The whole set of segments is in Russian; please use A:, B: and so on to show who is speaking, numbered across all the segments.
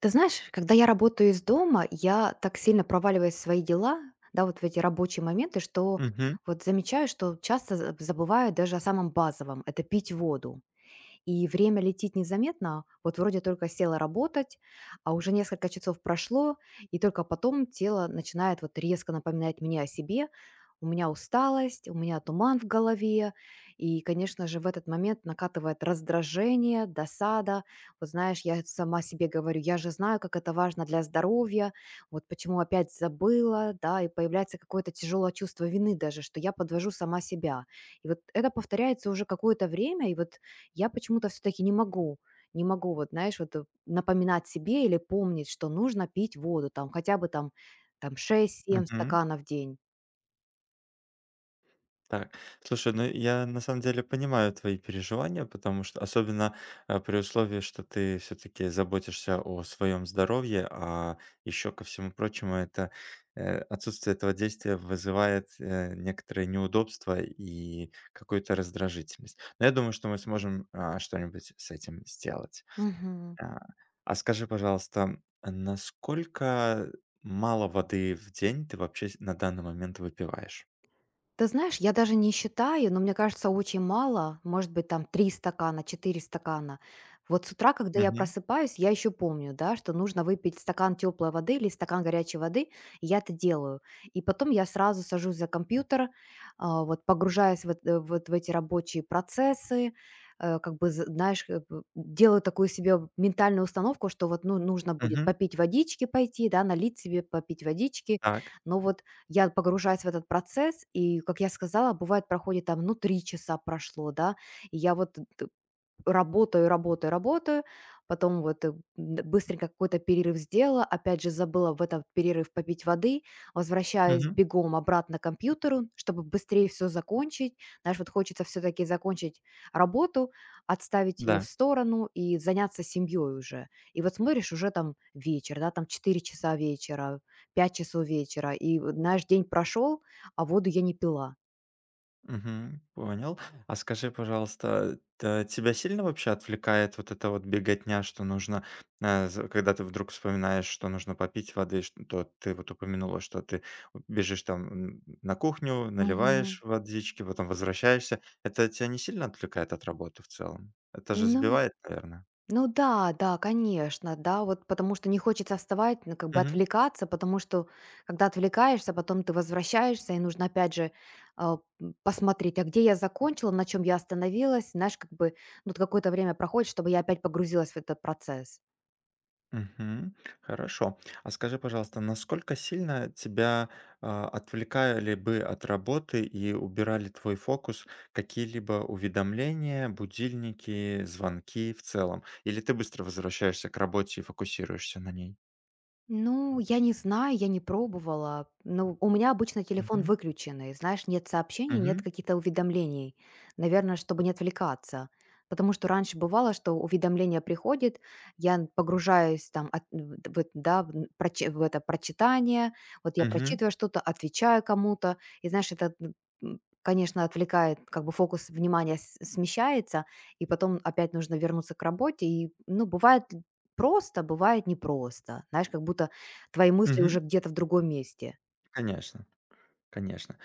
A: Ты знаешь, когда я работаю из дома, я так сильно проваливаюсь в свои дела, да, вот в эти рабочие моменты, что
B: Мгм,
A: вот замечаю, что часто забываю даже о самом базовом, это пить воду. И время летит незаметно. Вот вроде только села работать, а уже несколько часов прошло, и только потом тело начинает вот резко напоминать мне о себе. У меня усталость, у меня туман в голове, и, конечно же, в этот момент накатывает раздражение, досада. Вот знаешь, я сама себе говорю, я же знаю, как это важно для здоровья, вот почему опять забыла, да, и появляется какое-то тяжелое чувство вины даже, что я подвожу сама себя. И вот это повторяется уже какое-то время, и вот я почему-то все таки не могу, не могу, вот знаешь, вот, напоминать себе или помнить, что нужно пить воду там хотя бы там 6-7
B: мгм.
A: стаканов в день.
B: Так, слушай, ну я на самом деле понимаю твои переживания, потому что особенно при условии, что ты все-таки заботишься о своем здоровье, а еще ко всему прочему, это отсутствие этого действия вызывает некоторые неудобства и какую-то раздражительность. Но я думаю, что мы сможем что-нибудь с этим сделать.
A: Мгм.
B: А, а скажи, пожалуйста, насколько мало воды в день ты вообще на данный момент выпиваешь?
A: Ты знаешь, я даже не считаю, но мне кажется, очень мало, может быть, там 3 стакана, 4 стакана. Вот с утра, когда я просыпаюсь, я еще помню, да, что нужно выпить стакан теплой воды или стакан горячей воды, и я это делаю. И потом я сразу сажусь за компьютер, вот погружаясь вот, вот в эти рабочие процессы, как бы, знаешь, как бы делаю такую себе ментальную установку, что вот ну, нужно будет
B: Мгм.
A: попить водички пойти, да, налить себе, попить водички.
B: Так.
A: Но вот я погружаюсь в этот процесс, и, как я сказала, бывает, проходит там, ну, 3 часа прошло, да, и я вот работаю, работаю, работаю, потом вот, э, д быстренько какой-то перерыв сделала, опять же, забыла в этот перерыв попить воды, возвращаюсь
B: Мгм.
A: бегом обратно к компьютеру, чтобы быстрее все закончить. Знаешь, вот хочется все таки закончить работу, отставить ее в
B: Да.
A: сторону и заняться семьей уже. И вот смотришь, уже там вечер, да, там 4 часа вечера, 5 часов вечера, и вот, знаешь, день прошел, а воду я не пила.
B: Мгм. Понял. А скажи, пожалуйста, т тебя сильно вообще отвлекает вот эта вот беготня, что нужно, э, з когда ты вдруг вспоминаешь, что нужно попить воды, что ты вот упомянула, что ты бежишь там, на кухню,
A: Мгм.
B: наливаешь водички, потом возвращаешься. Это тебя не сильно отвлекает от работы в целом? Это же
A: Ну
B: сбивает, наверное?
A: Ну да, да, конечно, да, вот потому что не хочется вставать, ну, как бы
B: Мгм.
A: отвлекаться, потому что когда отвлекаешься, потом ты возвращаешься, и нужно опять же посмотреть, а где я закончила, на чем я остановилась, знаешь, как бы, ну, вот какое-то время проходит, чтобы я опять погрузилась в этот процесс.
B: Мгм. Хорошо. А скажи, пожалуйста, насколько сильно тебя, отвлекали бы от работы и убирали твой фокус какие-либо уведомления, будильники, звонки в целом? Или ты быстро возвращаешься к работе и фокусируешься на ней?
A: Ну, я не знаю, я не пробовала. Ну, у меня обычно телефон
B: Мгм.
A: выключенный, знаешь, нет сообщений, нет
B: Мгм.
A: каких-то уведомлений. Наверное, чтобы не отвлекаться. Потому что раньше бывало, что уведомление приходит, я погружаюсь там в это, да, в это прочитание, вот я
B: Мгм.
A: прочитываю что-то, отвечаю кому-то, и знаешь, это, конечно, отвлекает, как бы фокус внимания смещается, и потом опять нужно вернуться к работе, и, ну, бывает Просто бывает непросто. Знаешь, как будто твои мысли
B: Мгм.
A: уже где-то в другом месте.
B: Конечно, конечно.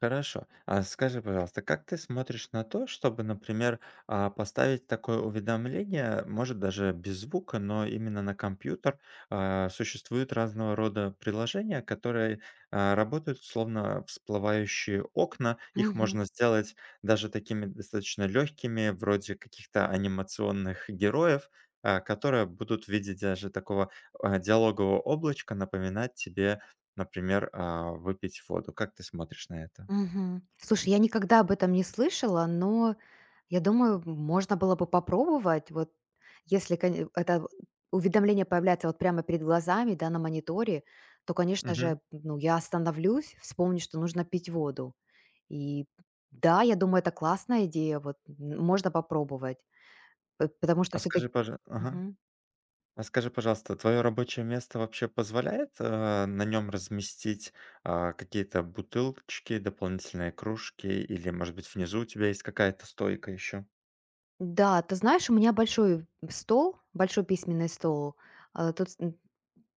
B: Хорошо. А скажи, пожалуйста, как ты смотришь на то, чтобы, например, поставить такое уведомление, может, даже без звука, но именно на компьютер? Существуют разного рода приложения, которые работают словно всплывающие окна. Их
A: Мгм,
B: можно сделать даже такими достаточно легкими, вроде каких-то анимационных героев, которые будут в виде даже такого диалогового облачка напоминать тебе, например, выпить воду. Как ты смотришь на это?
A: мгм. Слушай, я никогда об этом не слышала, но я думаю, можно было бы попробовать. Вот если это уведомление появляется вот прямо перед глазами, да, на мониторе, то, конечно
B: Мгм.
A: же, ну, я остановлюсь, вспомню, что нужно пить воду. И да, я думаю, это классная идея, вот можно попробовать, потому что
B: А скажи,
A: все-таки.
B: пожа ага. А скажи, пожалуйста, твое рабочее место вообще позволяет, на нем разместить, какие-то бутылочки, дополнительные кружки или, может быть, внизу у тебя есть какая-то стойка еще?
A: Да, ты знаешь, у меня большой стол, большой письменный стол. Тут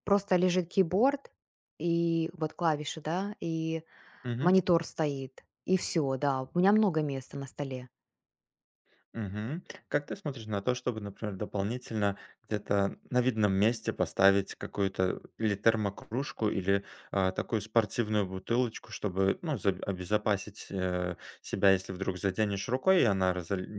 A: просто лежит кейборд и вот клавиши, да, и монитор стоит. И все, да, у меня много места на столе.
B: Мгм. Как ты смотришь на то, чтобы, например, дополнительно где-то на видном месте поставить какую-то или термокружку, или, такую спортивную бутылочку, чтобы, ну, заб обезопасить, себя, если вдруг заденешь рукой, и она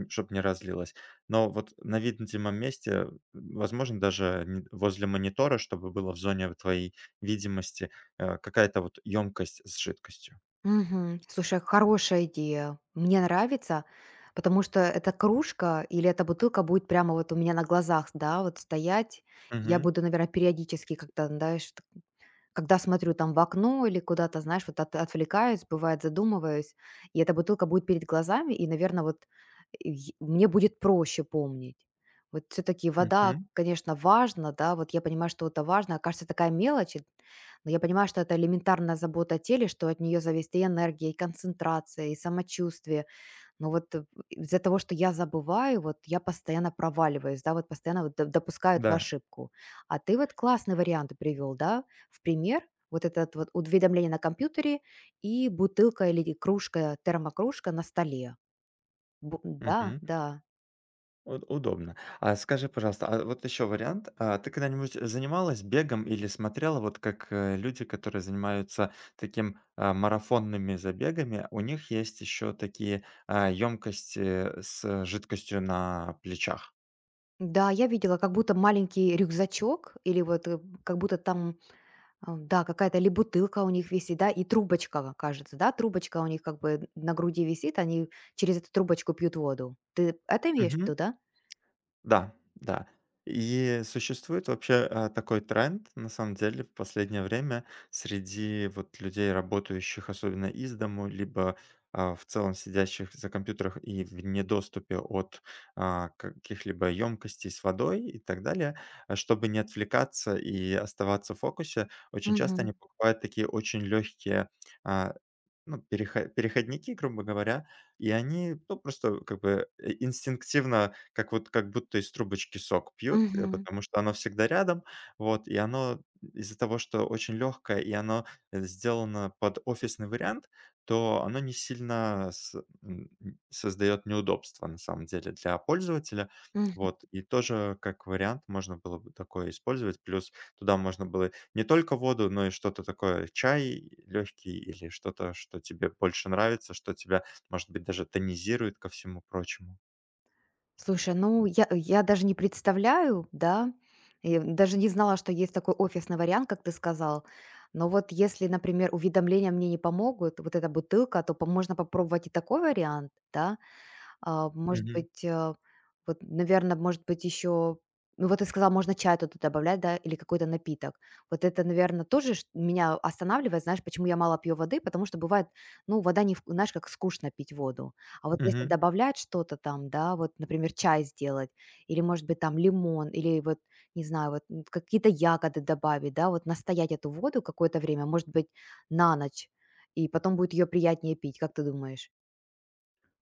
B: чтобы не разлилась. Но вот на видном месте, возможно, даже не возле монитора, чтобы было в зоне твоей видимости, какая-то вот емкость с жидкостью.
A: Мгм. Слушай, хорошая идея. Мне нравится, потому что эта кружка или эта бутылка будет прямо вот у меня на глазах, да, вот стоять. Я
B: Мгм.
A: буду, наверное, периодически как-то, знаешь, когда смотрю там в окно или куда-то, знаешь, вот отвлекаюсь, бывает, задумываюсь, и эта бутылка будет перед глазами, и, наверное, вот и мне будет проще помнить. Вот все-таки вода,
B: Мгм.
A: конечно, важна, да, вот я понимаю, что это важно, а, кажется, такая мелочь, и- но я понимаю, что это элементарная забота о теле, что от нее зависит и энергия, и концентрация, и самочувствие, но вот, из-за того, что я забываю, вот я постоянно проваливаюсь, да, вот постоянно вот д допускаю эту
B: Да.
A: ошибку. А ты вот классный вариант привел, да, в пример. Вот этот вот уведомление на компьютере и бутылка или кружка, термокружка на столе. Бу Да,
B: Мгм.
A: да.
B: Уд удобно. А скажи, пожалуйста, а вот еще вариант. А ты когда-нибудь занималась бегом или смотрела, вот как, люди, которые занимаются таким, марафонными забегами, у них есть еще такие, емкости с жидкостью на плечах.
A: Да, я видела, как будто маленький рюкзачок или вот, как будто там, да, какая-то ли бутылка у них висит, да, и трубочка, кажется, да, трубочка у них как бы на груди висит, они через эту трубочку пьют воду. Ты это имеешь в виду, да?
B: Да, да. И существует вообще, такой тренд, на самом деле, в последнее время среди вот людей, работающих особенно из дому, либо, в целом сидящих за компьютерах и в недоступе от, каких-либо емкостей с водой и так далее. Чтобы не отвлекаться и оставаться в фокусе, очень часто
A: Мгм.
B: они покупают такие очень легкие, а, ну, переха переходники, грубо говоря, и они, ну, просто как бы, инстинктивно, как вот как будто из трубочки сок пьют,
A: Мгм.
B: потому что оно всегда рядом. Вот, и оно из-за того, что очень легкое, и оно, сделано под офисный вариант, то оно не сильно м, создает неудобства, на самом деле, для пользователя.
A: Мгм.
B: Вот, и тоже как вариант можно было бы такое использовать. Плюс туда можно было не только воду, но и что-то такое, чай легкий или что-то, что тебе больше нравится, что тебя, может быть, даже тонизирует ко всему прочему.
A: Слушай, ну я даже не представляю, да, и даже не знала, что есть такой офисный вариант, как ты сказал. Но вот если, например, уведомления мне не помогут, вот эта бутылка, то можно попробовать и такой вариант, да. А, может
B: Мгм.
A: быть, вот, наверное, может быть, еще ну, вот ты сказала, можно чай туда добавлять, да, или какой-то напиток. Вот это, наверное, тоже чт меня останавливает. Знаешь, почему я мало пью воды? Потому что бывает, ну, вода не вк знаешь, как скучно пить воду. А вот если
B: Мгм.
A: добавлять что-то там, да, вот, например, чай сделать или, может быть, там лимон, или вот, не знаю, вот, какие-то ягоды добавить, да, вот настоять эту воду какое-то время, может быть, на ночь, и потом будет ее приятнее пить. Как ты думаешь?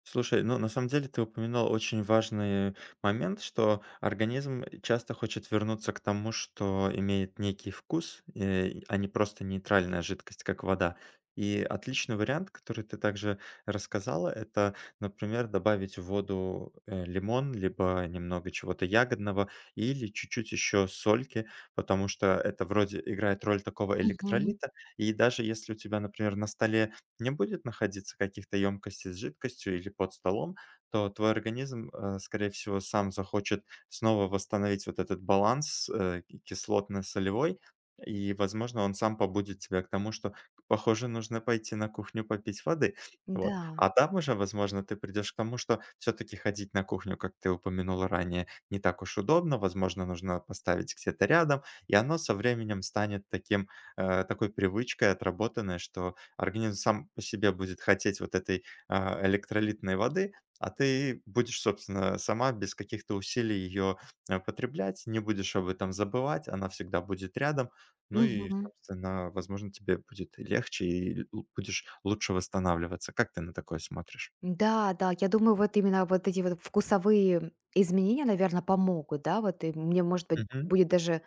B: Слушай, ну на самом деле ты упоминал очень важный момент, что организм часто хочет вернуться к тому, что имеет некий вкус, а не просто нейтральная жидкость, как вода. И отличный вариант, который ты также рассказала, это, например, добавить в воду лимон, либо немного чего-то ягодного, или чуть-чуть еще сольки, потому что это вроде играет роль такого
A: Мгм.
B: электролита. И даже если у тебя, например, на столе не будет находиться каких-то емкостей с жидкостью или под столом, то твой организм, скорее всего, сам захочет снова восстановить вот этот баланс, кислотно-солевой, и, возможно, он сам побудит тебя к тому, что, похоже, нужно пойти на кухню попить воды. Вот.
A: Да.
B: А там уже, возможно, ты придешь к тому, что все-таки ходить на кухню, как ты упомянула ранее, не так уж удобно, возможно, нужно поставить где-то рядом, и оно со временем станет таким, такой привычкой отработанной, что организм сам по себе будет хотеть вот этой, электролитной воды, а ты будешь, собственно, сама без каких-то усилий ее, потреблять, не будешь об этом забывать, она всегда будет рядом. Ну и,
A: Мгм.
B: собственно, возможно, тебе будет легче, и л будешь лучше восстанавливаться. Как ты на такое смотришь?
A: Да, да, я думаю, вот именно вот эти вот вкусовые изменения, наверное, помогут, да, вот, и мне, может быть,
B: Мгм.
A: будет даже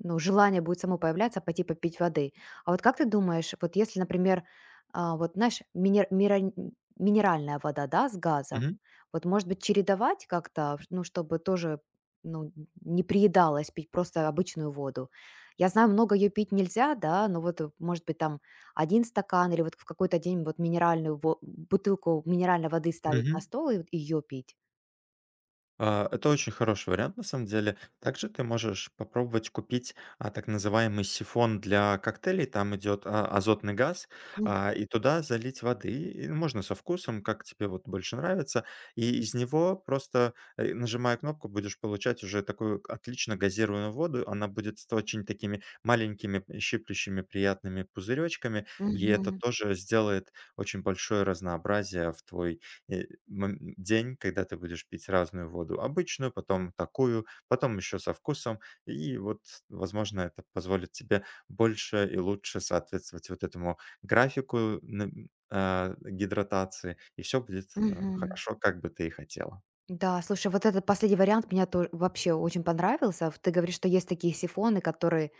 A: ну, желание будет само появляться пойти попить воды. А вот как ты думаешь, вот если, например, вот, знаешь, минеральная вода, да, с газом,
B: Мгм.
A: вот, может быть, чередовать как-то, ну, чтобы тоже, ну, не приедалось пить просто обычную воду. Я знаю, много ее пить нельзя, да, но вот, может быть, там один стакан или вот в какой-то день вот минеральную бутылку минеральной воды ставить на
B: Мгм.
A: стол и вот ее пить.
B: Это очень хороший вариант, на самом деле. Также ты можешь попробовать купить, так называемый сифон для коктейлей. Там идет, азотный газ, и туда залить воды. И можно со вкусом, как тебе вот больше нравится. И из него просто, нажимая кнопку, будешь получать уже такую отлично газированную воду. Она будет с очень такими маленькими, щиплющими, приятными пузыречками. И это
A: Мгм.
B: тоже сделает очень большое разнообразие в твой и мом день, когда ты будешь пить разную воду: обычную, потом такую, потом еще со вкусом. И вот, возможно, это позволит тебе больше и лучше соответствовать вот этому графику гидратации, и все будет,
A: Мгм.
B: хорошо, как бы ты и хотела.
A: Да, слушай, вот этот последний вариант меня тоже вообще очень понравился. Ты говоришь, что есть такие сифоны, которые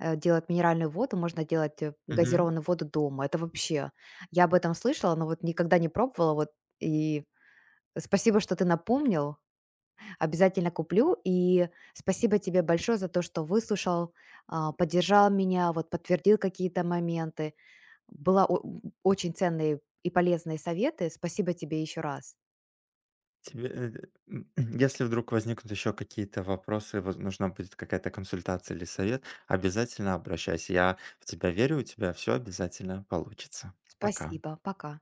A: делают минеральную воду, можно делать
B: Мгм.
A: газированную воду дома. Это вообще, я об этом слышала, но вот никогда не пробовала. Вот и спасибо, что ты напомнил. Обязательно куплю. И спасибо тебе большое за то, что выслушал, поддержал меня, вот подтвердил какие-то моменты. Было очень ценные и полезные советы. Спасибо тебе еще раз.
B: Тебе, м, если вдруг возникнут еще какие-то вопросы, воз нужна будет какая-то консультация или совет, обязательно обращайся. Я в тебя верю, у тебя все обязательно получится. Пока.
A: Спасибо. Пока.